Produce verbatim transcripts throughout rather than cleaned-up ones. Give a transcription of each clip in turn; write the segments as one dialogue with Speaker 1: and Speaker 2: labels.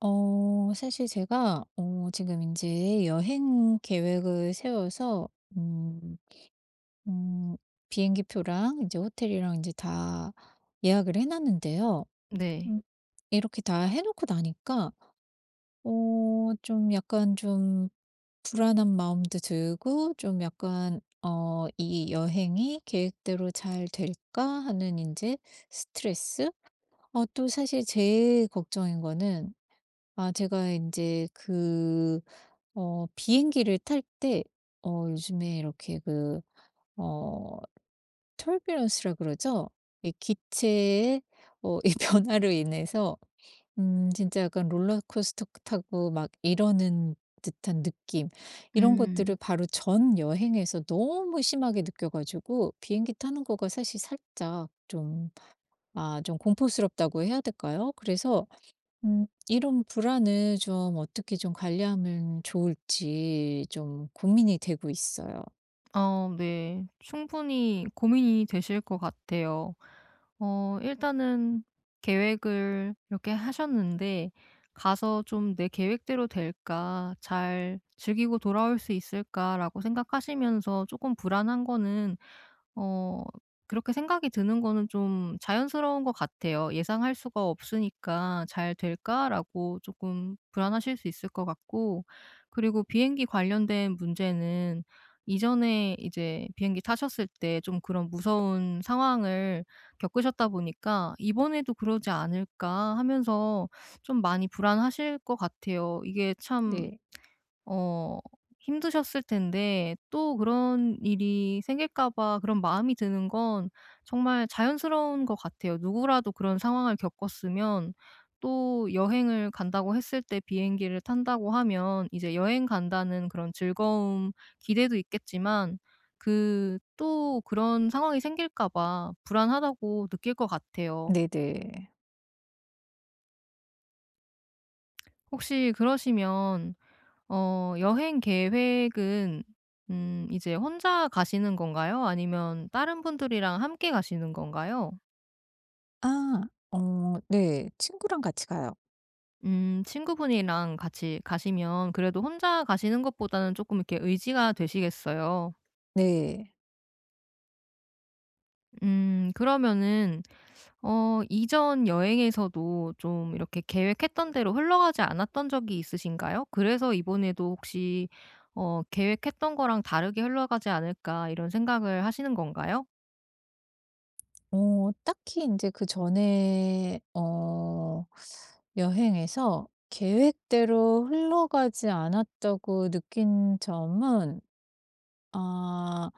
Speaker 1: 어 사실 제가 어 지금 이제 여행 계획을 세워서 음 음 비행기 표랑 이제 호텔이랑 이제 다 예약을 해 놨는데요.
Speaker 2: 네.
Speaker 1: 음 이렇게 다 해 놓고 나니까 어 좀 약간 좀 불안한 마음도 들고 좀 약간 어 '이 여행이 계획대로 잘 될까?' 하는 이제 스트레스? 어 또 사실 제일 걱정인 거는, 아 제가 이제그 어 비행기를 탈 때 어 요즘에 이렇게 그 어터 유 알 비 라 그러죠? 이 기체의 어 이 변화로 인해서 음 진짜 약간 롤러코스터 타고 막 이러는 듯한 느낌, 이런 것들을
Speaker 2: 음.
Speaker 1: 바로 전 여행에서 너무 심하게 느껴 가지고 비행기 타는 거가 사실 살짝 좀, 아 좀 공포스럽다고 해야 될까요? 그래서 음, 이런 불안을 좀 어떻게 좀 관리하면 좋을지 좀 고민이 되고 있어요.
Speaker 2: 어 네. 충분히 고민이 되실 것 같아요. 어 일단은 계획을 이렇게 하셨는데 가서 좀 '내 계획대로 될까? 잘 즐기고 돌아올 수 있을까?'라고 생각하시면서 조금 불안한 거는 어 그렇게 생각이 드는 거는 좀 자연스러운 것 같아요. 예상할 수가 없으니까 '잘 될까?'라고 조금 불안하실 수 있을 것 같고, 그리고 비행기 관련된 문제는 이전에 이제 비행기 타셨을 때 좀 그런 무서운 상황을 겪으셨다 보니까 '이번에도 그러지 않을까?' 하면서 좀 많이 불안하실 것 같아요. 이게 참
Speaker 1: 네.
Speaker 2: 어 힘드셨을 텐데 또 그런 일이 생길까 봐 그런 마음이 드는 건 정말 자연스러운 것 같아요. 누구라도 그런 상황을 겪었으면 또 여행을 간다고 했을 때 비행기를 탄다고 하면 이제 여행 간다는 그런 즐거움, 기대도 있겠지만 그 또 그런 상황이 생길까 봐 불안하다고 느낄 것 같아요.
Speaker 1: 네네.
Speaker 2: 혹시 그러시면 어 여행 계획은, 음 이제 혼자 가시는 건가요? 아니면 다른 분들이랑 함께 가시는 건가요?
Speaker 1: 아, 어, 네. 친구랑 같이 가요.
Speaker 2: 음 친구분이랑 같이 가시면 그래도 혼자 가시는 것보다는 조금 이렇게 의지가 되시겠어요.
Speaker 1: 네.
Speaker 2: 음 그러면은 어 이전 여행에서도 좀 이렇게 계획했던 대로 흘러가지 않았던 적이 있으신가요? 그래서 이번에도 혹시 어 '계획했던 거랑 다르게 흘러가지 않을까.' 이런 생각을 하시는 건가요?
Speaker 1: 어, 딱히 이제 그전에 어 여행에서 계획대로 흘러가지 않았다고 느낀 점은, 아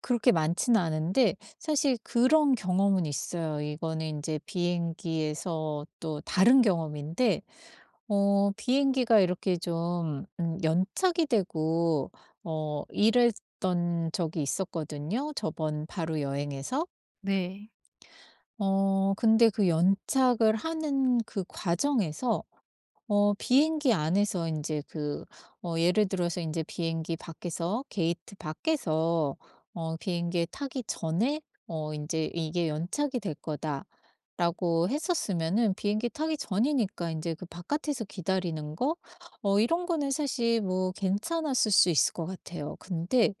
Speaker 1: 그렇게 많지는 않은데 사실 그런 경험은 있어요. 이거는 인제 비행기에서 또 다른 경험인데 어 비행기가 이렇게 좀 음 연착이 되고 어 이랬던 적이 있었거든요, 저번 바로 여행에서.
Speaker 2: 네.
Speaker 1: 어 근데 그 연착을 하는 그 과정에서 어 비행기 안에서 이제 그, 어 예를 들어서 이제 비행기 밖에서 게이트 밖에서 어 비행기에 타기 전에 어 이제 '이게 연착이 될 거다.'라고 했었으면은 비행기 타기 전이니까 이제 그 바깥에서 기다리는 거, 어 이런 거는 사실 뭐 괜찮았을 수 있을 것 같아요. 근데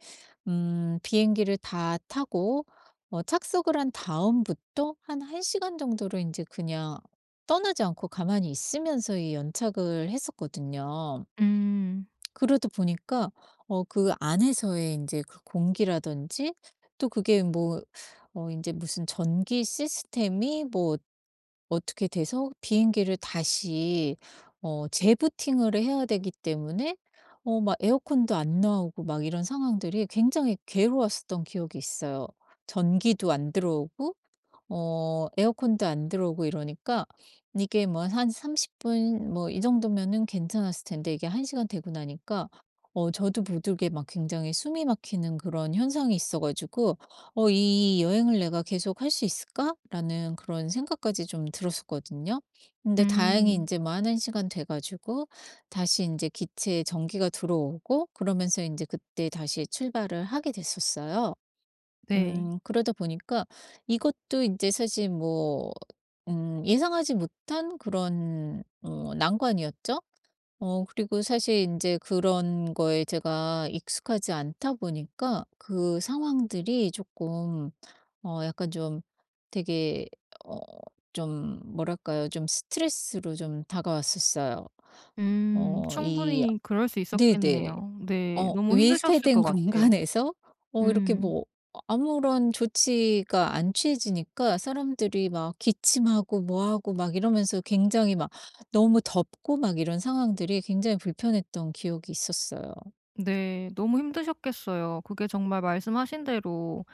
Speaker 1: 음 비행기를 다 타고 어 착석을 한 다음부터 한 1 시간 정도를 이제 그냥 떠나지 않고 가만히 있으면서 이 연착을 했었거든요.
Speaker 2: 음.
Speaker 1: 그러다 보니까 어 그 안에서의 이제 그 공기라든지, 또 그게 뭐 어 이제 무슨 전기 시스템이 뭐 어떻게 돼서 비행기를 다시 어 재부팅을 해야 되기 때문에 어 막 에어컨도 안 나오고 막 이런 상황들이 굉장히 괴로웠었던 기억이 있어요. 전기도 안 들어오고 어 에어컨도 안 들어오고 이러니까 이게 뭐 한 삼십 분 뭐 이 정도면은 괜찮았을 텐데 이게 한 시간 되고 나니까 어 저도 모르게 막 굉장히 숨이 막히는 그런 현상이 있어 가지고 '어 이 여행을 내가 계속 할 수 있을까?'라는 그런 생각까지 좀 들었었거든요. 근데 다행히 이
Speaker 2: 음.
Speaker 1: 제뭐은 시간 돼 가지고 다시 이제 기체에 전기가 들어오고 그러면서 이제 그때 다시 출발을 하게 됐었어요.
Speaker 2: 네.
Speaker 1: 음 그러다 보니까 이것도 이제 사실 뭐 음 예상하지 못한 그런 어 난관이었죠. 어 그리고 사실 이제 그런 거에 제가 익숙하지 않다 보니까 그 상황들이 조금 어 약간 좀 되게, 어 좀 뭐랄까요? 좀 스트레스로 좀 다가왔었어요.
Speaker 2: 음.
Speaker 1: 어 이
Speaker 2: 충분히 그럴 수
Speaker 1: 네네.
Speaker 2: 있었겠네요. 네.
Speaker 1: 어
Speaker 2: 너무 힘드셨을 것
Speaker 1: 밀폐된
Speaker 2: 같아요.
Speaker 1: 공간에서 어 이렇게
Speaker 2: 음.
Speaker 1: 뭐 아무런 조치가 안 취해지니까 사람들이 막 기침하고 뭐 하고 막 이러면서 굉장히 막 너무 덥고 막 이런 상황들이 굉장히 불편했던 기억이 있었어요.
Speaker 2: 네. 너무 힘드셨겠어요. 그게 정말 말씀하신 대로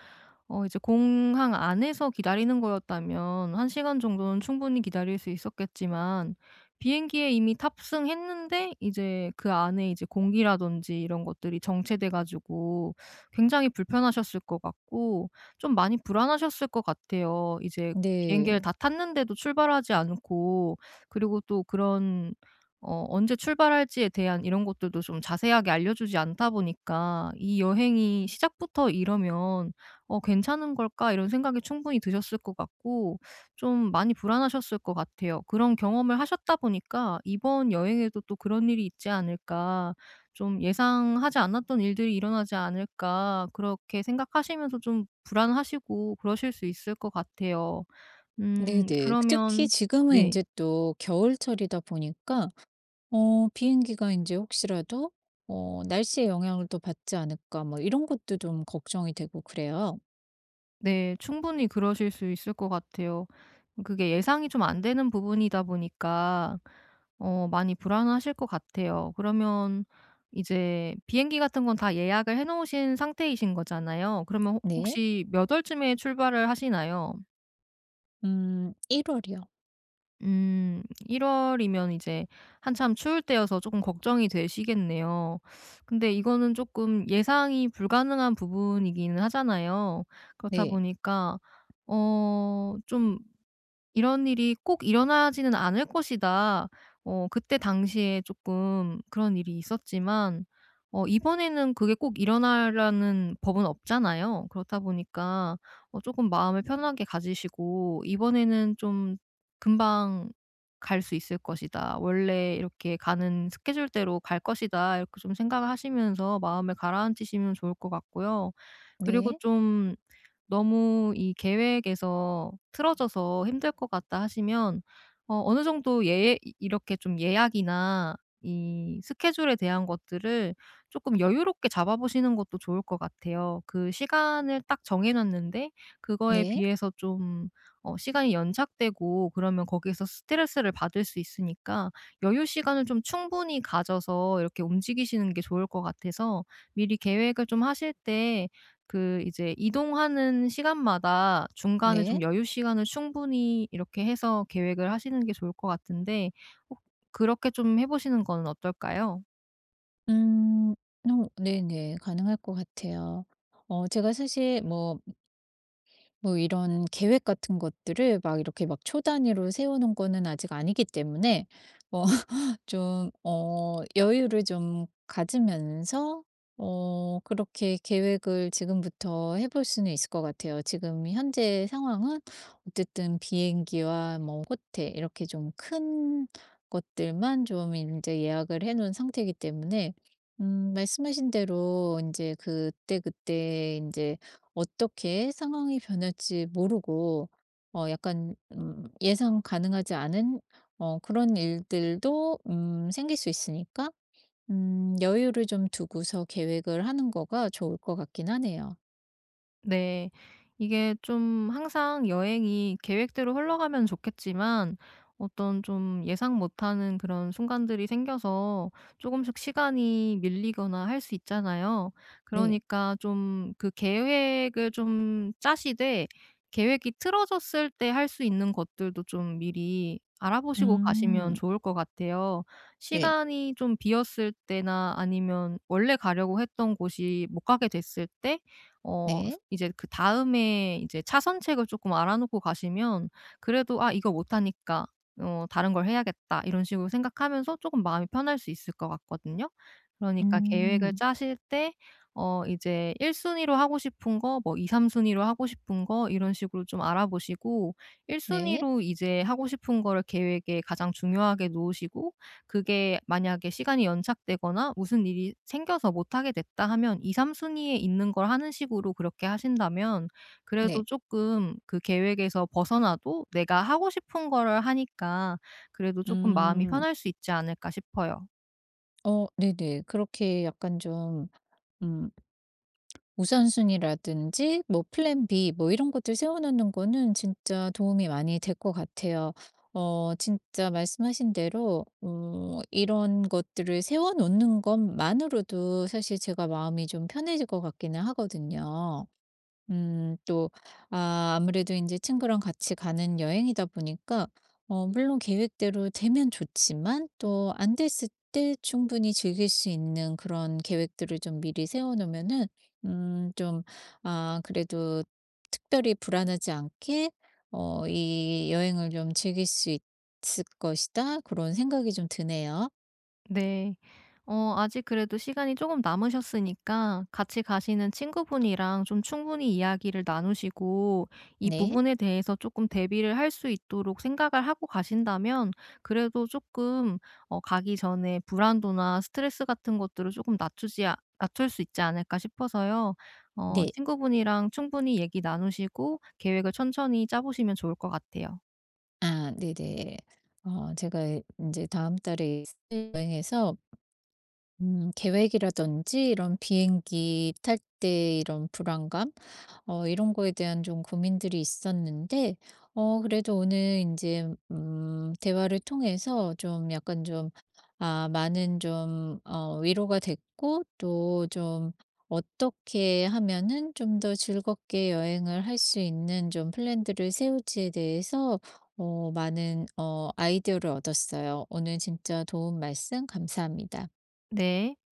Speaker 2: 어 이제 공항 안에서 기다리는 거였다면 한 시간 정도는 충분히 기다릴 수 있었겠지만, 비행기에 이미 탑승했는데 이제 그 안에 이제 공기라든지 이런 것들이 정체돼 가지고 굉장히 불편하셨을 것 같고, 좀 많이 불안하셨을 것 같아요. 이제 비행기를
Speaker 1: 네.
Speaker 2: 다 탔는데도 출발하지 않고, 그리고 또 그런, 어 언제 출발할지에 대한 이런 것들도 좀 자세하게 알려주지 않다 보니까 '이 여행이 시작부터 이러면 어 괜찮은 걸까?' 이런 생각이 충분히 드셨을 것 같고, 좀 많이 불안하셨을 것 같아요. 그런 경험을 하셨다 보니까 '이번 여행에도 또 그런 일이 있지 않을까? 좀 예상하지 않았던 일들이 일어나지 않을까?' 그렇게 생각하시면서 좀 불안하시고 그러실 수 있을 것 같아요. 음
Speaker 1: 네네. 특히
Speaker 2: 그러면,
Speaker 1: 지금은 이
Speaker 2: 네.
Speaker 1: 제 또 겨울철이다 보니까 어 비행기가 이제 혹시라도 어 '날씨의 영향을 또 받지 않을까.' 뭐 이런 것도 좀 걱정이 되고 그래요.
Speaker 2: 네. 충분히 그러실 수 있을 것 같아요. 그게 예상이 좀 안 되는 부분이다 보니까 어 많이 불안하실 것 같아요. 그러면 이제 비행기 같은 건 다 예약을 해 놓으신 상태이신 거잖아요. 그러면 혹
Speaker 1: 네.
Speaker 2: 혹시 몇 월쯤에 출발을 하시나요?
Speaker 1: 음 1 월이요.
Speaker 2: 음 일 월이면 이제 한참 추울 때여서 조금 걱정이 되시겠네요. 근데 이거는 조금 예상이 불가능한 부분이기는 하잖아요. 그렇다
Speaker 1: 네.
Speaker 2: 보니까 어좀 '이런 일이 꼭 일어나지는 않을 것이다.' 어 그때 당시에 조금 그런 일이 있었지만 어 이번에는 그게 꼭 일어나라는 법은 없잖아요. 그렇다 보니까 어금 마음을 편하게 가지시고 '이번에는 좀 금방 갈 수 있을 것이다. 원래 이렇게 가는 스케줄대로 갈 것이다.' 이렇게 좀 생각을 하시면서 마음을 가라앉히시면 좋을 것 같고요. 그리고
Speaker 1: 네.
Speaker 2: 좀 너무 이 계획에서 틀어져서 힘들 것 같다 하시면 어 어느 정도 예 이렇게 좀 예약이나 이 스케줄에 대한 것들을 조금 여유롭게 잡아 보시는 것도 좋을 것 같아요. 그 시간을 딱 정해 놨는데 그거에
Speaker 1: 네.
Speaker 2: 비해서 좀 어 시간이 연착되고 그러면 거기에서 스트레스를 받을 수 있으니까 여유 시간을 좀 충분히 가져서 이렇게 움직이시는 게 좋을 것 같아서, 미리 계획을 좀 하실 때 그 이제 이동하는 시간마다 중간에 좀
Speaker 1: 네.
Speaker 2: 여유 시간을 충분히 이렇게 해서 계획을 하시는 게 좋을 것 같은데, 혹 그렇게 좀 해 보시는 건 어떨까요?
Speaker 1: 음. 어 네네. 가능할 것 같아요. 어 제가 사실 뭐 뭐 이런 계획 같은 것들을 막 이렇게 막 초 단위로 세워 놓은 거는 아직 아니기 때문에, 뭐 좀 어 여유를 좀 가지면서 어 그렇게 계획을 지금부터 해볼 수는 있을 것 같아요. 지금 현재 상황은 어쨌든 비행기와 뭐 호텔 이렇게 좀 큰 것들만 좀 이제 예약을 해 놓은 상태이기 때문에 음 말씀하신 대로 이제 그때그때 이제 어떻게 상황이 변할지 모르고 어 약간 음 예상 가능하지 않은 어 그런 일들도 음 생길 수 있으니까 음 여유를 좀 두고서 계획을 하는 거가 좋을 것 같긴 하네요.
Speaker 2: 네. 이게 좀 항상 여행이 계획대로 흘러가면 좋겠지만 어떤 좀 예상 못하는 그런 순간들이 생겨서 조금씩 시간이 밀리거나 할 수 있잖아요.
Speaker 1: 네.
Speaker 2: 그러니까 좀 그 계획을 좀 짜시되, 계획이 틀어졌을 때 할 수 있는 것들도 좀 미리 알아보시고 가시면
Speaker 1: 음.
Speaker 2: 좋을 것 같아요.
Speaker 1: 네.
Speaker 2: 시간이 좀 비었을 때나 아니면 원래 가려고 했던 곳이 못 가게 됐을 때어
Speaker 1: 네.
Speaker 2: 이제 그다음에 이제 차선책을 조금 알아 놓고 가시면 그래도 '아 이거 못하니까 어 다른 걸 해야겠다.' 이런 식으로 생각하면서 쪼끔 마음이 편할 수 있을 것 같거든요. 그러니까 계획을
Speaker 1: 음.
Speaker 2: 짜실 때 어 이제 일 순위로 하고 싶은 거, 뭐 이삼 순위로 하고 싶은 거 이런 식으로 좀 알아보시고, 일
Speaker 1: 네.
Speaker 2: 순위로 이제 하고 싶은 거를 계획에 가장 중요하게 놓으시고, 그게 만약에 시간이 연착되거나 무슨 일이 생겨서 못 하게 됐다 하면 이삼 순위에 있는 걸 하는 식으로 그렇게 하신다면, 그래도
Speaker 1: 네.
Speaker 2: 조금 그 계획에서 벗어나도 내가 하고 싶은 거를 하니까 그래도 조금 마음이
Speaker 1: 음.
Speaker 2: 편할 수 있지 않을까 싶어요.
Speaker 1: 어 네네. 그렇게 약간 좀음 우선순위라든지 뭐 플랜 비 뭐 이런 것들 세워 놓는 거는 진짜 도움이 많이 될 것 같아요. 어 진짜 말씀하신 대로 어 이런 것들을 세워 놓는 것만으로도 사실 제가 마음이 좀 편해질 것 같기는 하거든요. 음 또 아 아무래도 이제 친구랑 같이 가는 여행이다 보니까 어 물론 계획대로 되면 좋지만 또 안 됐을 때 충분히 즐길 수 있는 그런 계획들을 좀 미리 세워 놓으면은 음 좀, 아 그래도 특별히 불안하지 않게 어 '이 여행을 좀 즐길 수 있을 것이다.' 그런 생각이 좀 드네요.
Speaker 2: 네. 어 아직 그래도 시간이 조금 남으셨으니까 같이 가시는 친구분이랑 좀 충분히 이야기를 나누시고 이
Speaker 1: 네.
Speaker 2: 부분에 대해서 조금 대비를 할 수 있도록 생각을 하고 가신다면, 그래도 조금 어 가기 전에 불안도나 스트레스 같은 것들을 조금 낮추지 아 낮출 수 있지 않을까 싶어서요. 어
Speaker 1: 네.
Speaker 2: 친구분이랑 충분히 얘기 나누시고 계획을 천천히 짜 보시면 좋을 것 같아요.
Speaker 1: 아 네네. 어 제가 이제 다음 달에 여행해서 음 계획이라든지 이런 비행기 탈 때 이런 불안감, 어 이런 거에 대한 좀 고민들이 있었는데 어 그래도 오늘 이제 음 대화를 통해서 좀 약간 좀, 아 많은 좀 어 위로가 됐고 또 좀 어떻게 하면은 좀 더 즐겁게 여행을 할 수 있는 좀 플랜들을 세울지에 대해서 어 많은 어 아이디어를 얻었어요. 오늘 진짜 도움 말씀 감사합니다.
Speaker 2: 네.